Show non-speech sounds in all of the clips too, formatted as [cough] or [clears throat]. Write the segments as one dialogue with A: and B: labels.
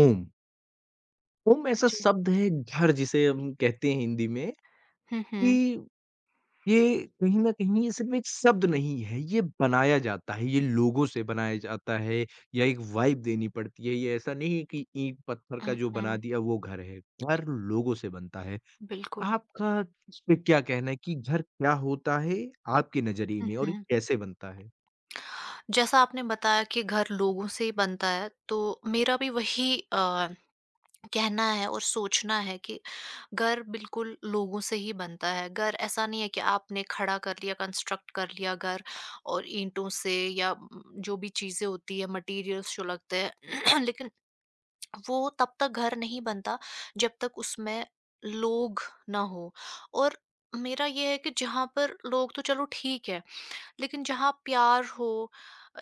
A: ओम, ओम ऐसा
B: जी।
A: शब्द है घर जिसे हम कहते हैं हिंदी में
B: हुँ,
A: कि
B: हुँ।
A: ये कहीं न कहीं ये सिर्फ़ एक शब्द नहीं है, ये बनाया जाता है, ये लोगों से बनाया जाता है या एक वाइब देनी पड़ती है। ये ऐसा नहीं है कि ईंट-पत्थर का
B: हुँ,
A: जो बना
B: हुँ।
A: दिया वो घर है, घर लोगों से बनता है।
B: बिल्कुल।
A: आपका इस पे क्या कहना है कि घर क्या होता है आपके नज़रिए
B: हुँ,
A: में और ये
B: हुँ।
A: कैसे बनता है?
B: जैसा आपने बताया कि घर लोगों से ही बनता है, तो मेरा भी वही कहना है और सोचना है कि घर बिल्कुल लोगों से ही बनता है। घर ऐसा नहीं है कि आपने खड़ा कर लिया, कंस्ट्रक्ट कर लिया घर और ईंटों से या जो भी चीज़ें होती हैं, मटीरियल्स जो लगते हैं, [clears throat] लेकिन वो तब तक घर नहीं बनता, जब तक उसमें लोग ना हों। और मेरा ये है कि जहाँ पर लोग तो चलो ठीक है। लेकिन जहाँ प्यार हो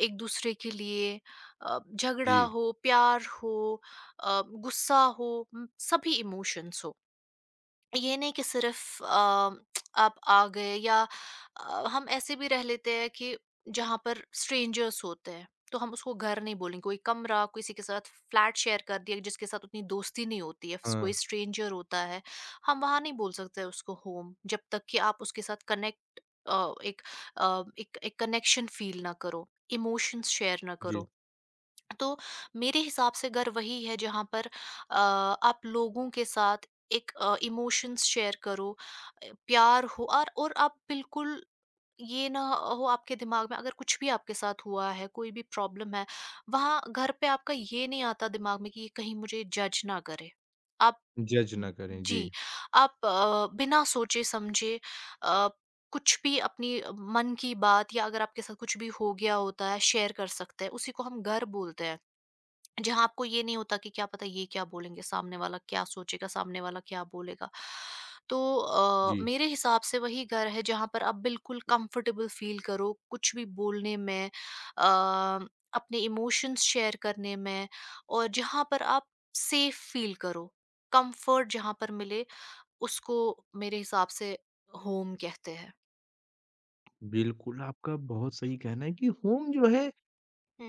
B: एक दूसरे के लिए,
A: जी।
B: झगड़ा हो प्यार हो, गुस्सा हो, सभी इमोशंस हो। ये नहीं कि सिर्फ आप आ गए, या हम ऐसे भी रह लेते हैं कि जहाँ पर स्ट्रेंजर्स होते हैं, तो हम उसको घर नहीं बोलेंगे। कोई कमरा किसी के साथ फ्लैट शेयर कर दिया जिसके साथ उतनी दोस्ती नहीं होती है,
A: हाँ,
B: कोई स्ट्रेंजर होता है, हम वहाँ नहीं बोल सकते उसको होम। जब तक कि आप उसके साथ कनेक्ट, एक अ, एक एक कनेक्शन फील ना करो, इमोशंस शेयर ना
A: जी।
B: करो। तो मेरे हिसाब से घर वही है जहाँ पर आप लोगों के साथ एक इमोशंस शेयर करो, प्यार हो और आप बिल्कुल ये ना हो आपके दिमाग में, अगर कुछ भी आपके साथ हुआ है, कोई भी प्रॉब्लम है, वहाँ घर पे आपका ये नहीं आता दिमाग में कि ये कहीं मुझे जज ना करे। आप,
A: जज ना करें, जी,
B: जी, आप बिना सोचे समझे, अ, कुछ भी अपनी मन की बात, या अगर आपके साथ कुछ भी हो गया होता है, शेयर कर सकते हैं, उसी को हम घर बोलते हैं। जहाँ आपको ये नहीं होता कि क्या पता ये क्या बोलेंगे, सामने वाला क्या सोचेगा, सामने वाला क्या बोलेगा। तो
A: जी।
B: मेरे हिसाब से वही घर है जहाँ पर आप बिल्कुल कंफर्टेबल फील करो, कुछ भी बोलने में, अ, अपने इमोशंस शेयर करने में, और जहाँ पर आप सेफ फील करो। कंफर्ट जहाँ पर मिले, उसको मेरे हिसाब से होम कहते हैं।
A: बिल्कुल, आपका बहुत सही कहना है कि होम जो है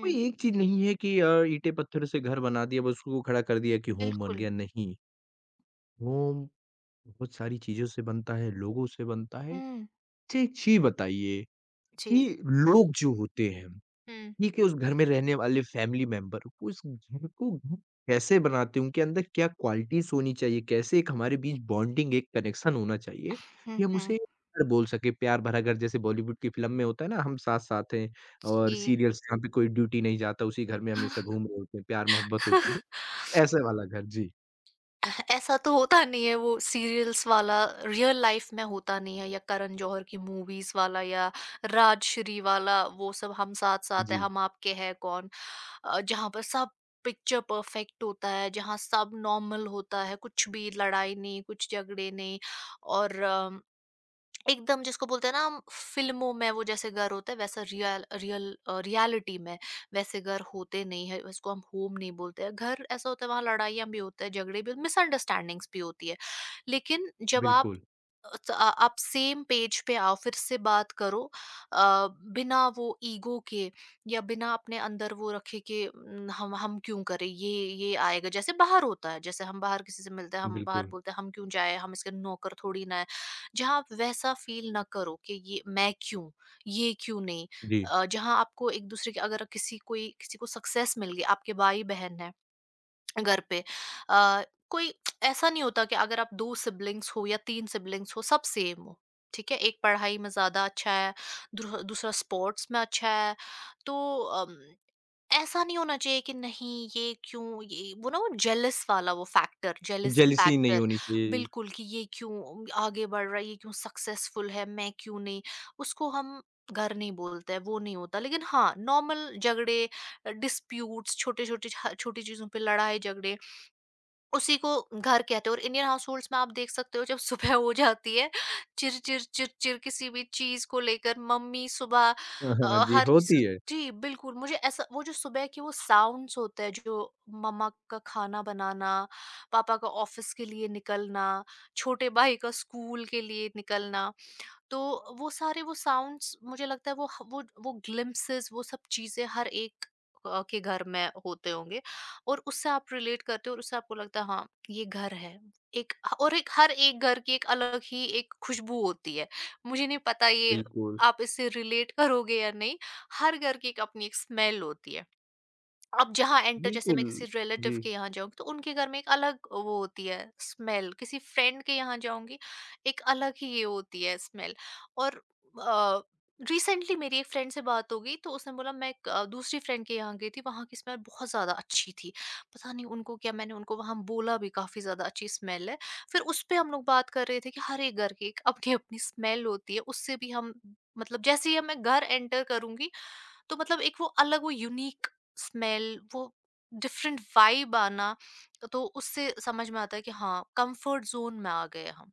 A: कोई एक चीज़ नहीं है कि ईंटें पत्थर से घर बना दिया बस उसको खड़ा कर दिया कि होम बन
B: बिल्कुल।
A: गया, नहीं। होम बहुत सारी चीज़ों से बनता है, लोगों से बनता है।
B: हुँ।
A: अच्छा एक चीज़ बताइए
B: जी।
A: कि लोग जो होते हैं
B: हुँ,
A: ही कि उस घर में रहने वाले फैमिली मेंबर को इस घर को घर कैसे बनाते हैं, उनके अंदर क्या क्वालिटीज़ होनी चाहिए, कैसे एक हमारे बीच बॉन्डिंग, एक कनेक्शन होना चाहिए
B: हुँ,
A: कि हम
B: हुँ।
A: उसे घर बोल सकें, प्यार भरा घर जैसे बॉलीवुड की फ़िल्म में होता है ना, हम साथ-साथ हैं
B: जी।
A: और सीरियल्स जहाँ पे कोई ड्यूटी नहीं जाता, उसी घर में हमेशा घूम रहे होते हैं, प्यार-मोहब्बत होती है, ऐसे वाला घर। जी,
B: ऐसा तो होता नहीं है, वो सीरियल्स वाला रियल लाइफ में होता नहीं है, या करण जौहर की मूवीज वाला, या राजश्री वाला, वो सब हम साथ साथ है,
A: जी,
B: हम आपके है कौन, जहाँ पर सब पिक्चर परफेक्ट होता है, जहाँ सब नॉर्मल होता है, कुछ भी लड़ाई नहीं, कुछ झगड़े नहीं, और एकदम जिसको बोलते हैं ना हम फ़िल्मों में वो जैसे घर होता है, वैसा रियल रियल अ, रियलिटी में वैसे घर होते नहीं है। इसको हम होम नहीं बोलते हैं। घर ऐसा होता है, वहाँ लड़ाइयाँ भी होता है, झगड़े भी, मिसअंडरस्टैंडिंग्स भी होती है, लेकिन जब आप
A: बिल्कुल,
B: आप सेम पेज पे आओ, फिर से बात करो, अ, बिना वो ईगो के, या बिना अपने अंदर वो रखे कि "न, हम क्यों करें ये आएगा जैसे बाहर होता है, जैसे हम बाहर किसी से मिलते हैं, हम बाहर
A: बिल्कुल,
B: बोलते हैं हम क्यों जाए, हम इसके नौकर थोड़ी ना है। जहाँ आप वैसा फील ना करो कि ये मैं क्यों, ये क्यों नहीं,
A: जी।
B: जहाँ आपको एक दूसरे के, अगर किसी कोई किसी को सक्सेस मिल गई, आपके भाई बहन है घर पे, अ, कोई ऐसा नहीं होता कि अगर आप दो सिबलिंग्स हो या तीन सिबलिंग्स हो सब सेम हो। ठीक है, एक पढ़ाई में ज्यादा अच्छा है, दूसरा स्पोर्ट्स में अच्छा है। तो ऐसा नहीं होना चाहिए कि नहीं ये क्यों, ये वो ना, वो जेलस वाला वो फैक्टर, जेलसी
A: जेलसी नहीं
B: फैक्टर।
A: होनी चाहिए।
B: बिल्कुल कि ये क्यों आगे बढ़ रहा है, ये क्यों सक्सेसफुल है, मैं क्यों नहीं। उसको हम घर नहीं बोलते हैं, वो नहीं होता। लेकिन हाँ, नॉर्मल झगड़े, डिस्प्यूट्स, छोटे छोटे, छोटी चीजों पे लड़ाई झगड़े, उसी को घर कहते हैं। और इंडियन हाउसहोल्ड्स में आप देख सकते हो, जब [laughs] सुबह हो जाती है, चिर-चिर चिर-चिर किसी भी चीज़ को लेकर मम्मी सुबह
A: हाँ, हाँ,
B: अ,
A: जी,
B: हर
A: होती
B: स
A: है।
B: जी, बिल्कुल। मुझे ऐसा वो जो सुबह के वो साउंड्स होते हैं जो, मम्मा का खाना बनाना, पापा का ऑफ़िस के लिए निकलना, छोटे भाई का स्कूल के लिए निकलना। तो वो सारे वो साउंड्स मुझे लगता है वो ग्लिम्पसेस, वो सब चीजें हर एक के घर में होते होंगे, और उससे आप रिलेट करते हो, और उससे आपको लगता है हाँ, ये घर है। एक, और एक हर एक घर की एक अलग ही एक खुशबू होती है, मुझे नहीं पता ये
A: बिल्कुल,
B: आप इससे रिलेट करोगे या नहीं। हर घर की एक अपनी एक स्मेल होती है। अब जहाँ एंटर, जैसे
A: बिल्कुल,
B: मैं किसी रिलेटिव
A: जी।
B: के यहाँ जाऊँगी, तो उनके घर में एक अलग वो होती है स्मेल, किसी फ्रेंड के यहाँ जाऊँगी एक अलग ही ये होती है स्मेल। और अ, रिसेंटली मेरी एक फ्रेंड से बात हो गई, तो उसने बोला, मैं दूसरी फ्रेंड के यहाँ गई थी, वहाँ की स्मेल बहुत ज़्यादा अच्छी थी, पता नहीं उनको क्या, मैंने उनको वहाँ बोला भी काफ़ी ज़्यादा अच्छी स्मेल है। फिर उस पे हम लोग बात कर रहे थे कि हर एक घर की एक अपनी अपनी स्मेल होती है, उससे भी हम, मतलब जैसे ही मैं घर एंटर करूंगी, तो मतलब एक वो अलग वो यूनिक स्मेल, वो डिफरेंट वाइब आना, तो उससे समझ में आता है कि हाँ, कंफर्ट जोन में आ गए हम।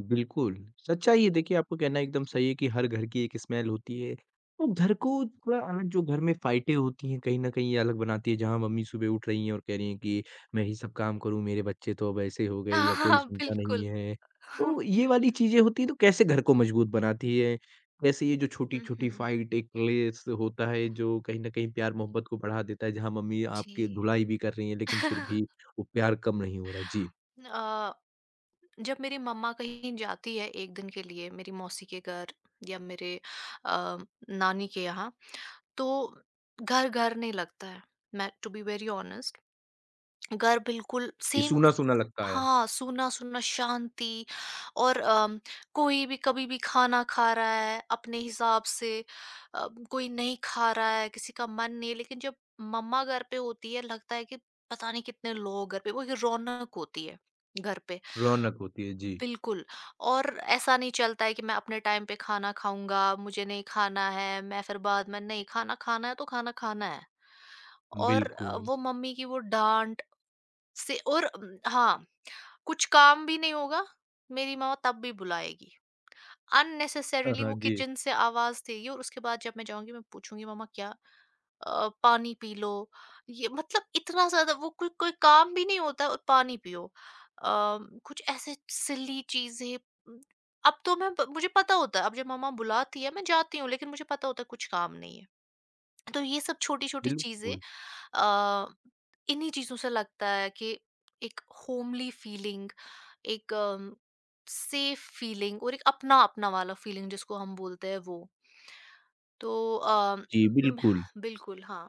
A: बिल्कुल, सच्चाई है देखिए आपका कहना एकदम सही है कि हर घर की एक स्मेल होती है। तो घर को थोड़ा अलग जो घर में फाइटें होती हैं कहीं न कहीं ये अलग बनाती है जहाँ मम्मी सुबह उठ रही हैं और कह रही हैं कि मैं ही सब काम करूँ, मेरे बच्चे तो अब ऐसे हो गए या कोई
B: हाँ,
A: सुनता नहीं
B: बिल्कुल।
A: है। तो
B: [laughs]
A: ये वाली चीज़ें होती हैं तो कैसे घर को मजबूत बनाती है? कैसे ये जो छोटी-छोटी
B: हम्म।
A: फाइट एक क्लेश होता है जो कहीं न कहीं प्यार-मोहब्बत को बढ़ा देता है जहाँ मम्मी आपकी
B: जी।
A: धुलाई भी कर रही हैं लेकिन फिर भी वो प्यार कम नहीं हो रहा है? जी,
B: अ, जब मेरी मम्मा कहीं जाती है एक दिन के लिए, मेरी मौसी के घर, या मेरे अ, नानी के यहाँ, तो घर घर नहीं लगता है। मैं टू बी वेरी ऑनेस्ट, घर बिल्कुल
A: ये
B: सेम।
A: सूना-सूना लगता है,
B: हाँ, सूना सूना, शांति। और कोई भी कभी भी खाना खा रहा है अपने हिसाब से, कोई नहीं खा रहा है, किसी का मन नहीं है। लेकिन जब मम्मा घर पे होती है, लगता है कि पता नहीं कितने लोग घर पे, वो एक रौनक होती है घर पे।
A: रौनक होती है। जी।
B: बिल्कुल। और ऐसा नहीं चलता है कि मैं अपने टाइम पे खाना खाऊंगा, मुझे नहीं खाना है, मैं फिर बाद में, नहीं खाना खाना है तो खाना खाना है। और
A: बिल्कुल।
B: वो मम्मी की वो डांट से, और हाँ, कुछ काम भी नहीं होगा, मेरी माँ तब भी बुलाएगी।
A: हाँ,
B: अननेसेसरीली
A: हाँ।
B: वो
A: जी,
B: किचन से आवाज़ देगी, और उसके बाद जब मैं जाऊँगी, मैं पूछूँगी मम्मा क्या, पानी पी लो। ये मतलब इतना ज़्यादा वो, कोई कोई काम भी नहीं होता और पानी पियो। कुछ ऐसे सिली चीज़ें। अब तो मैं ब मुझे पता होता है, अब जब मम्मा बुलाती है मैं जाती हूँ, लेकिन मुझे पता होता है कुछ काम नहीं है। तो ये सब छोटी-छोटी चीज़ें,
A: बिल्कुल।
B: अ, इन्हीं चीज़ों से लगता है कि एक होमली फीलिंग, एक सेफ फीलिंग, और एक अपना-अपना वाला फीलिंग जिसको हम बोलते हैं वो। तो अ,
A: जी,
B: उम,
A: बिल्कुल।
B: बिल्कुल, हाँ,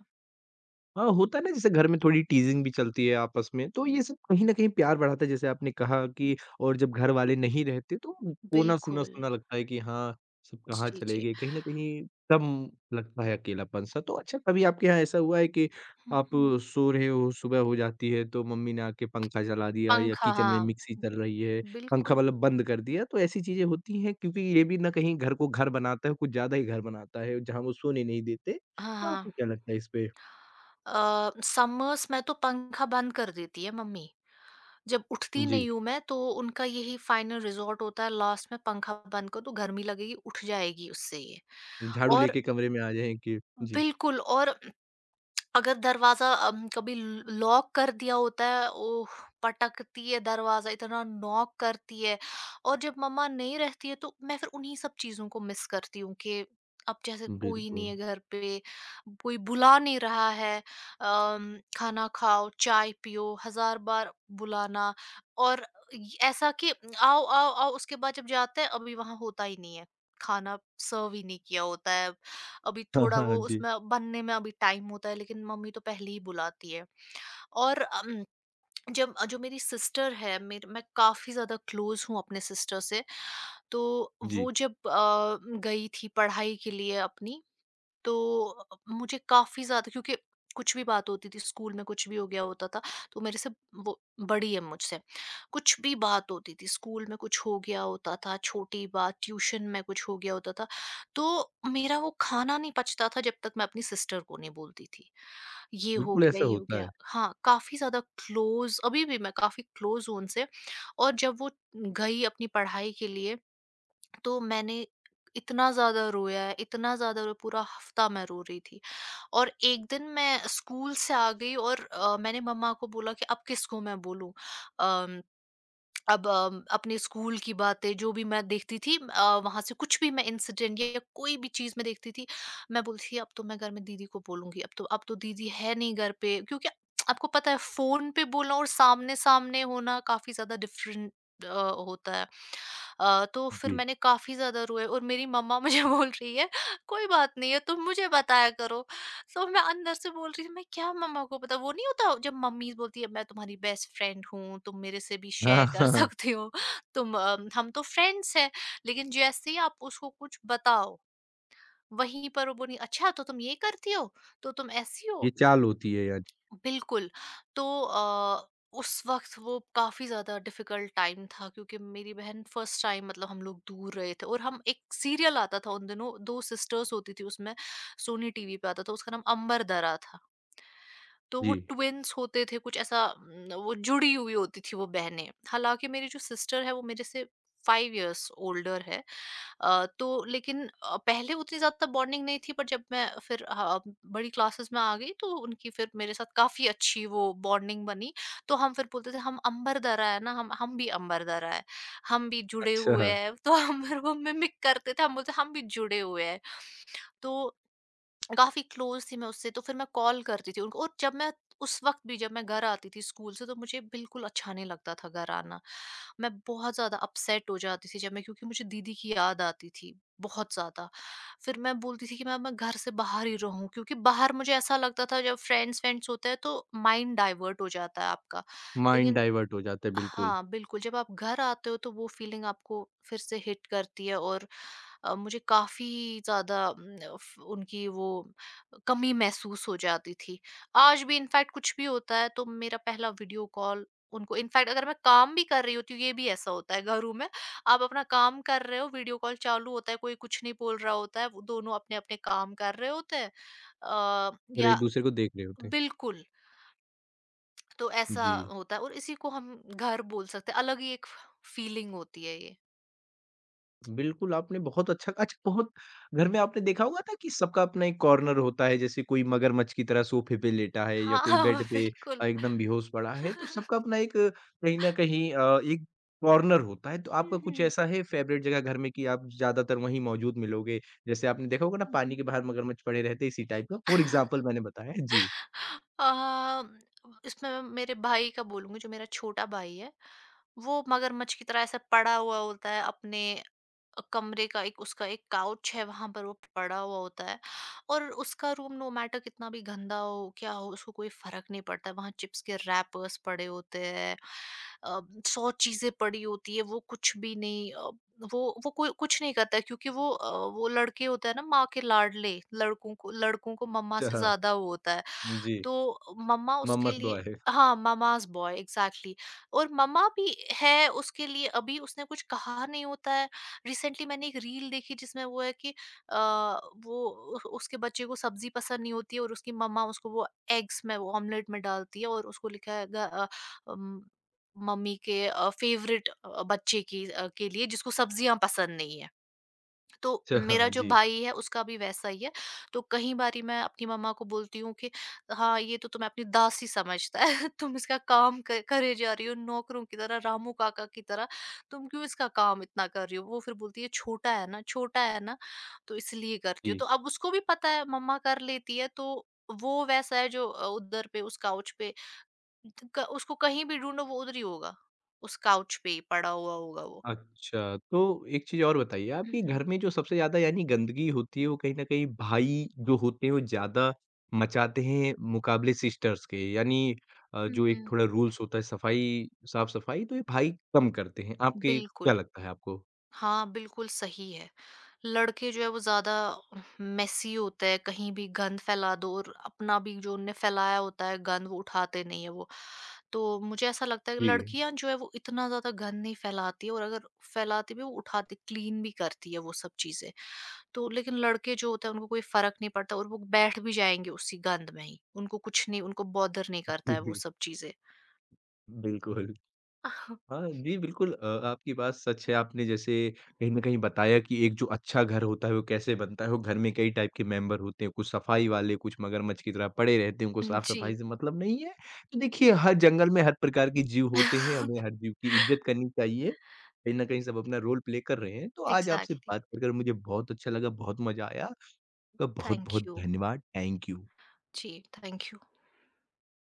A: हाँ, होता है ना जैसे घर में थोड़ी टीज़िंग भी चलती है आपस में, तो ये सब कहीं न कहीं प्यार बढ़ाता है जैसे आपने कहा कि और जब घर वाले नहीं रहते तो कोना
B: बिल्कुल।
A: सूना-सूना लगता है कि हाँ, सब कहाँ
B: जी,
A: चले
B: जी।
A: गए, कहीं न कहीं कम लगता है अकेलापन-सा। तो अच्छा कभी आपके यहाँ ऐसा हुआ है कि
B: हुँ,
A: आप
B: हुँ।
A: सो रहे हो, सुबह हो जाती है तो मम्मी ने आके पंखा चला दिया या
B: पंखा,
A: किचन में
B: हाँ,
A: मिक्सी चल रही है, पंखा
B: बिल्कुल।
A: मतलब बंद कर दिया, तो ऐसी चीज़ें होती हैं क्योंकि ये भी ना कहीं घर को घर बनाता है, कुछ ज़्यादा ही घर बनाता है, जहाँ वो सोने नहीं देते।
B: हाँ,
A: तो आपको
B: हाँ।
A: क्या लगता है इस पे?
B: समर्स में तो पंखा बंद कर देती है मम्मी। जब उठती
A: जी।
B: नहीं हूँ मैं तो उनका यही फाइनल रिज़ॉर्ट होता है लास्ट में, पंखा बंद कर दो, गर्मी लगेगी, उठ जाएगी उससे ये।
A: झाड़ू
B: और
A: लेके कमरे में आ जाएँ कि जी,
B: बिल्कुल, और अगर दरवाज़ा कभी ल लॉक कर दिया होता है, ओह! पटकती है दरवाज़ा, इतना नॉक करती है। और जब मम्मा नहीं रहती है, तो मैं फिर उन्हीं सब चीज़ों को मिस करती हूँ कि, अब जैसे कोई नहीं
A: बिल्कुल।
B: है घर पे, कोई बुला नहीं रहा है, खाना खाओ, चाय पियो, हज़ार बार बुलाना, और य ऐसा कि आओ, आओ, आओ, उसके बाद जब जाते हैं, अभी वहाँ होता ही नहीं है, खाना सर्व ही नहीं किया होता है। अभी
A: हाँ,
B: थोड़ा
A: हाँ,
B: वो
A: जी,
B: उसमें बनने में अभी टाइम होता है, लेकिन मम्मी तो पहले ही बुलाती है। और जब जो मेरी सिस्टर है, मेरे मैं काफ़ी ज़्यादा क्लोज हूँ अपने सिस्टर से, तो
A: जी,
B: वो जब गई थी पढ़ाई के लिए अपनी, तो मुझे काफ़ी ज़्यादा, क्योंकि कुछ भी बात होती थी स्कूल में, कुछ भी हो गया होता था, तो मेरे से, वो बड़ी है मुझसे, कुछ भी बात होती थी स्कूल में, कुछ हो गया होता था, छोटी बात, ट्यूशन में कुछ हो गया होता था, तो मेरा वो खाना नहीं पचता था जब तक मैं अपनी सिस्टर को नहीं बोलती थी, ये हो
A: बिल्कुल
B: गया
A: ऐसा
B: ये हो
A: होता है।
B: गया। हाँ, काफ़ी ज़्यादा क्लोज, अभी भी मैं काफ़ी क्लोज हूँ उनसे। और जब वो गई अपनी पढ़ाई के लिए, तो मैंने इतना ज़्यादा रोया है, इतना ज़्यादा रोया, पूरा हफ्ता मैं रो रही थी। और एक दिन मैं स्कूल से आ गई, और मैंने मम्मा को बोला कि अब किसको मैं बोलूँ? अम अब अपने स्कूल की बातें जो भी मैं देखती थी वहाँ से कुछ भी मैं इंसिडेंट या कोई भी चीज़ मैं देखती थी मैं बोलती थी अब तो मैं घर में दीदी को बोलूँगी अब तो दीदी है नहीं घर पे क्योंकि आपको पता है फ़ोन पे बोलना और सामने सामने होना काफ़ी ज़्यादा डिफरेंट होता है। तो फिर
A: जी,
B: मैंने काफ़ी ज़्यादा रोए और मेरी मम्मा मुझे [laughs] बोल रही है कोई बात नहीं है तुम मुझे बताया करो। सो मैं अंदर से बोल रही थी मैं क्या मम्मा को पता वो नहीं होता जब मम्मी बोलती है मैं तुम्हारी बेस्ट फ्रेंड हूँ तुम मेरे से भी
A: हाँ,
B: शेयर कर
A: हाँ,
B: [laughs] सकती हो तुम हम तो फ्रेंड्स हैं। लेकिन जैसे ही आप उसको कुछ बताओ वहीं पर वो बोली अच्छा तो तुम ये करती हो तो तुम ऐसी
A: ये
B: हो।
A: चाल होती है यार।
B: बिल्कुल। तो उस वक्त वो काफी ज्यादा डिफिकल्ट टाइम था क्योंकि मेरी बहन फर्स्ट टाइम मतलब हम लोग दूर रहे थे और हम एक सीरियल आता था उन दिनों दो सिस्टर्स होती थी उसमें। सोनी टीवी पे आता था उसका नाम अंबर दरा था। तो
A: जी,
B: वो ट्विन्स होते थे कुछ ऐसा न, वो जुड़ी हुई होती थी वो बहनें हालांकि मेरी जो सिस्टर है वो मेरे से फाइव इयर्स ओल्डर है। तो लेकिन पहले उतनी ज़्यादा बॉन्डिंग नहीं थी पर जब मैं फिर बड़ी क्लासेस में आ गई तो उनकी फिर मेरे साथ काफ़ी अच्छी वो बॉन्डिंग बनी। तो हम फिर बोलते थे हम अंबर दरा है ना हम भी अंबर दरा है हम भी जुड़े हुए
A: अच्छा,
B: हैं [laughs] तो हम फिर वो मिमिक करते थे हम बोलते हम भी जुड़े हुए हैं। तो काफ़ी क्लोज़ थी मैं उससे, तो फिर मैं कॉल करती थी उनको और जब मैं उस वक़्त भी जब मैं घर आती थी स्कूल से, तो मुझे बिल्कुल अच्छा नहीं लगता था घर आना। मैं बहुत ज़्यादा अपसेट हो जाती थी जब मैं क्योंकि मुझे दीदी की याद आती थी, बहुत ज़्यादा। फिर मैं बोलती थी कि मैं घर से बाहर ही रहूँ क्योंकि बाहर मुझे ऐसा लगता था जब फ्रेंड्स-वेंड्स होते हैं, तो माइंड डाइवर्ट हो जाता है आपका।
A: माइंड
B: लेकिन
A: डाइवर्ट हो जाता है बिल्कुल
B: हाँ, बिल्कुल, जब आप घर आते हो तो वो फ़ीलिंग आपको फिर से हिट करती है और मुझे काफ़ी ज़्यादा उम, फ उनकी वो कमी महसूस हो जाती थी। आज भी इनफैक्ट कुछ भी होता है तो मेरा पहला वीडियो कॉल उनको इनफैक्ट अगर मैं काम भी कर रही होती हूँ, ये भी ऐसा होता है घरों में, आप अपना काम कर रहे हो, वीडियो कॉल चालू होता है, कोई कुछ नहीं बोल रहा होता है, वो दोनों अपने-अपने काम कर रहे होते हैं।
A: और
B: या
A: एक-दूसरे को देख रहे होते हैं।
B: बिल्कुल। तो ऐसा
A: जी।
B: होता है और इसी को हम घर बोल सकते हैं, अलग ही एक फीलिंग होती है ये।
A: बिल्कुल, आपने बहुत अच्छा अच्छा बहुत घर में आपने देखा होगा ना कि सबका अपना एक कॉर्नर होता है, जैसे कोई मगरमच्छ की तरह सोफ़े पे लेटा है या
B: हाँ, [laughs]
A: कोई
B: हाँ,
A: बेड पे
B: बिल्कुल।
A: एकदम बेहोश पड़ा है, तो सबका अपना एक कहीं न कहीं एक कॉर्नर होता है। तो आपका
B: हुँ,
A: कुछ
B: हुँ।
A: ऐसा है फ़ेवरेट जगह घर में कि आप ज़्यादातर वहीं मौजूद मिलोगे? जैसे आपने देखा होगा ना
B: हुँ,
A: पानी
B: हुँ।
A: के बाहर मगरमच्छ पड़े रहते हैं, इसी टाइप का फ़ॉर एग्ज़ाम्पल मैंने बताया है।
B: अ,
A: जी।
B: [laughs] इसमें मैं मेरे भाई का बोलूँगी जो मेरा छोटा भाई है, वो मगरमच्छ की तरह ऐसा पड़ा हुआ होता है अपने कमरे का एक उसका एक काउच है वहां पर वो पड़ा हुआ होता है। और उसका रूम नो मैटर कितना भी गंदा हो क्या हो उसको कोई फर्क नहीं पड़ता है वहां चिप्स के रैपर्स पड़े होते हैं। अ, सौ चीजें पड़ी होती है वो कुछ भी नहीं वो वो कोई कुछ नहीं करता है, क्योंकि वो लड़के होता है ना माँ के लाडले लड़कों को मम्मा
A: अच्छा
B: से
A: हाँ,
B: ज्यादा वो होता है।
A: जी,
B: तो मम्मा उसके
A: मम्मस
B: लिए
A: बॉय है।
B: हाँ, ममाज़ बॉय एग्ज़ैक्टली और मम्मा भी है उसके लिए अभी उसने कुछ कहा नहीं होता है। रिसेंटली मैंने एक रील देखी जिसमें वो है कि अ, वो उह उसके बच्चे को सब्ज़ी पसंद नहीं होती है और उसकी मम्मा उसको वो एग्स में वो ऑमलेट में डालती है और उसको लिखा है उम, मम्मी के फ़ेवरेट बच्चे की के लिए जिसको सब्ज़ियाँ पसंद नहीं है। तो
A: अच्छा
B: मेरा
A: हाँ,
B: जो
A: जी,
B: भाई है उसका भी वैसा ही है। तो कई बारी मैं अपनी मम्मा को बोलती हूँ कि हाँ, ये तो तुम्हें अपनी दासी समझता है। [laughs] तुम इसका काम क करे जा रही हो नौकरों की तरह, रामू काका की तरह। तुम क्यों इसका काम इतना कर रही हो? वो फिर बोलती है छोटा है ना, तो इसलिए करती हूँ।
A: जी।
B: तो अब उसको भी पता है मम्मा कर लेती है तो वो वैसा है जो उधर पे उस काउच पे त क उसको कहीं भी ढूँढो वो उधर ही होगा। उस काउच पे ही पड़ा हुआ होगा वो।
A: अच्छा, तो एक चीज़ और बताइए आप
B: हुँ,
A: कि
B: हुँ।
A: घर में जो सबसे ज़्यादा यानी गंदगी होती है वो कहीं न कहीं भाई जो होते हैं वो ज़्यादा मचाते हैं मुकाबले सिस्टर्स के यानी
B: हुँ,
A: जो एक
B: हुँ।
A: थोड़ा रूल्स होता है सफाई साफ-सफाई तो ये भाई कम करते हैं। आपके क्या
B: बिल्कुल।
A: लगता है आपको?
B: हाँ, बिल्कुल सही है। लड़के जो है वो ज़्यादा मेसी होते हैं, कहीं भी गंद फैला दो और अपना भी जो उनने फैलाया होता है गंद वो उठाते नहीं है वो। तो मुझे ऐसा लगता है
A: जी, [laughs]
B: लड़कियाँ जो है वो इतना ज़्यादा गंद नहीं फैलाती है और अगर फैलाती भी है वो उठाती क्लीन भी करती है वो सब चीज़ें। तो लेकिन लड़के जो होते हैं उनको कोई फ़र्क नहीं पड़ता और वो बैठ भी जाएँगे उसी गंद में ही। उनको कुछ नहीं उनको बॉदर नहीं करता
A: जी,
B: है वो
A: जी।
B: सब चीज़ें।
A: बिल्कुल।
B: [laughs]
A: हाँ, जी बिल्कुल आपकी बात सच है। आपने जैसे कहीं न कहीं बताया कि एक जो अच्छा घर होता है वो कैसे बनता है, वो घर में कई टाइप के मेंबर होते हैं, कुछ सफाई वाले, कुछ मगरमच्छ की तरह पड़े रहते हैं, उनको
B: जी।
A: साफ-सफाई से मतलब नहीं है। तो देखिए हर जंगल में हर प्रकार के जीव होते हैं,
B: [laughs]
A: हमें हर जीव की इज़्ज़त करनी चाहिए। कहीं न कहीं सब अपना रोल प्ले कर रहे हैं। तो आज आपसे
B: एग्ज़ैक्टली।
A: बात कर कर मुझे बहुत अच्छा लगा, बहुत मज़ा आया। आपका
B: थैंक
A: बहुत-बहुत
B: यू।
A: धन्यवाद। Thank you.
B: जी, थैंक यू।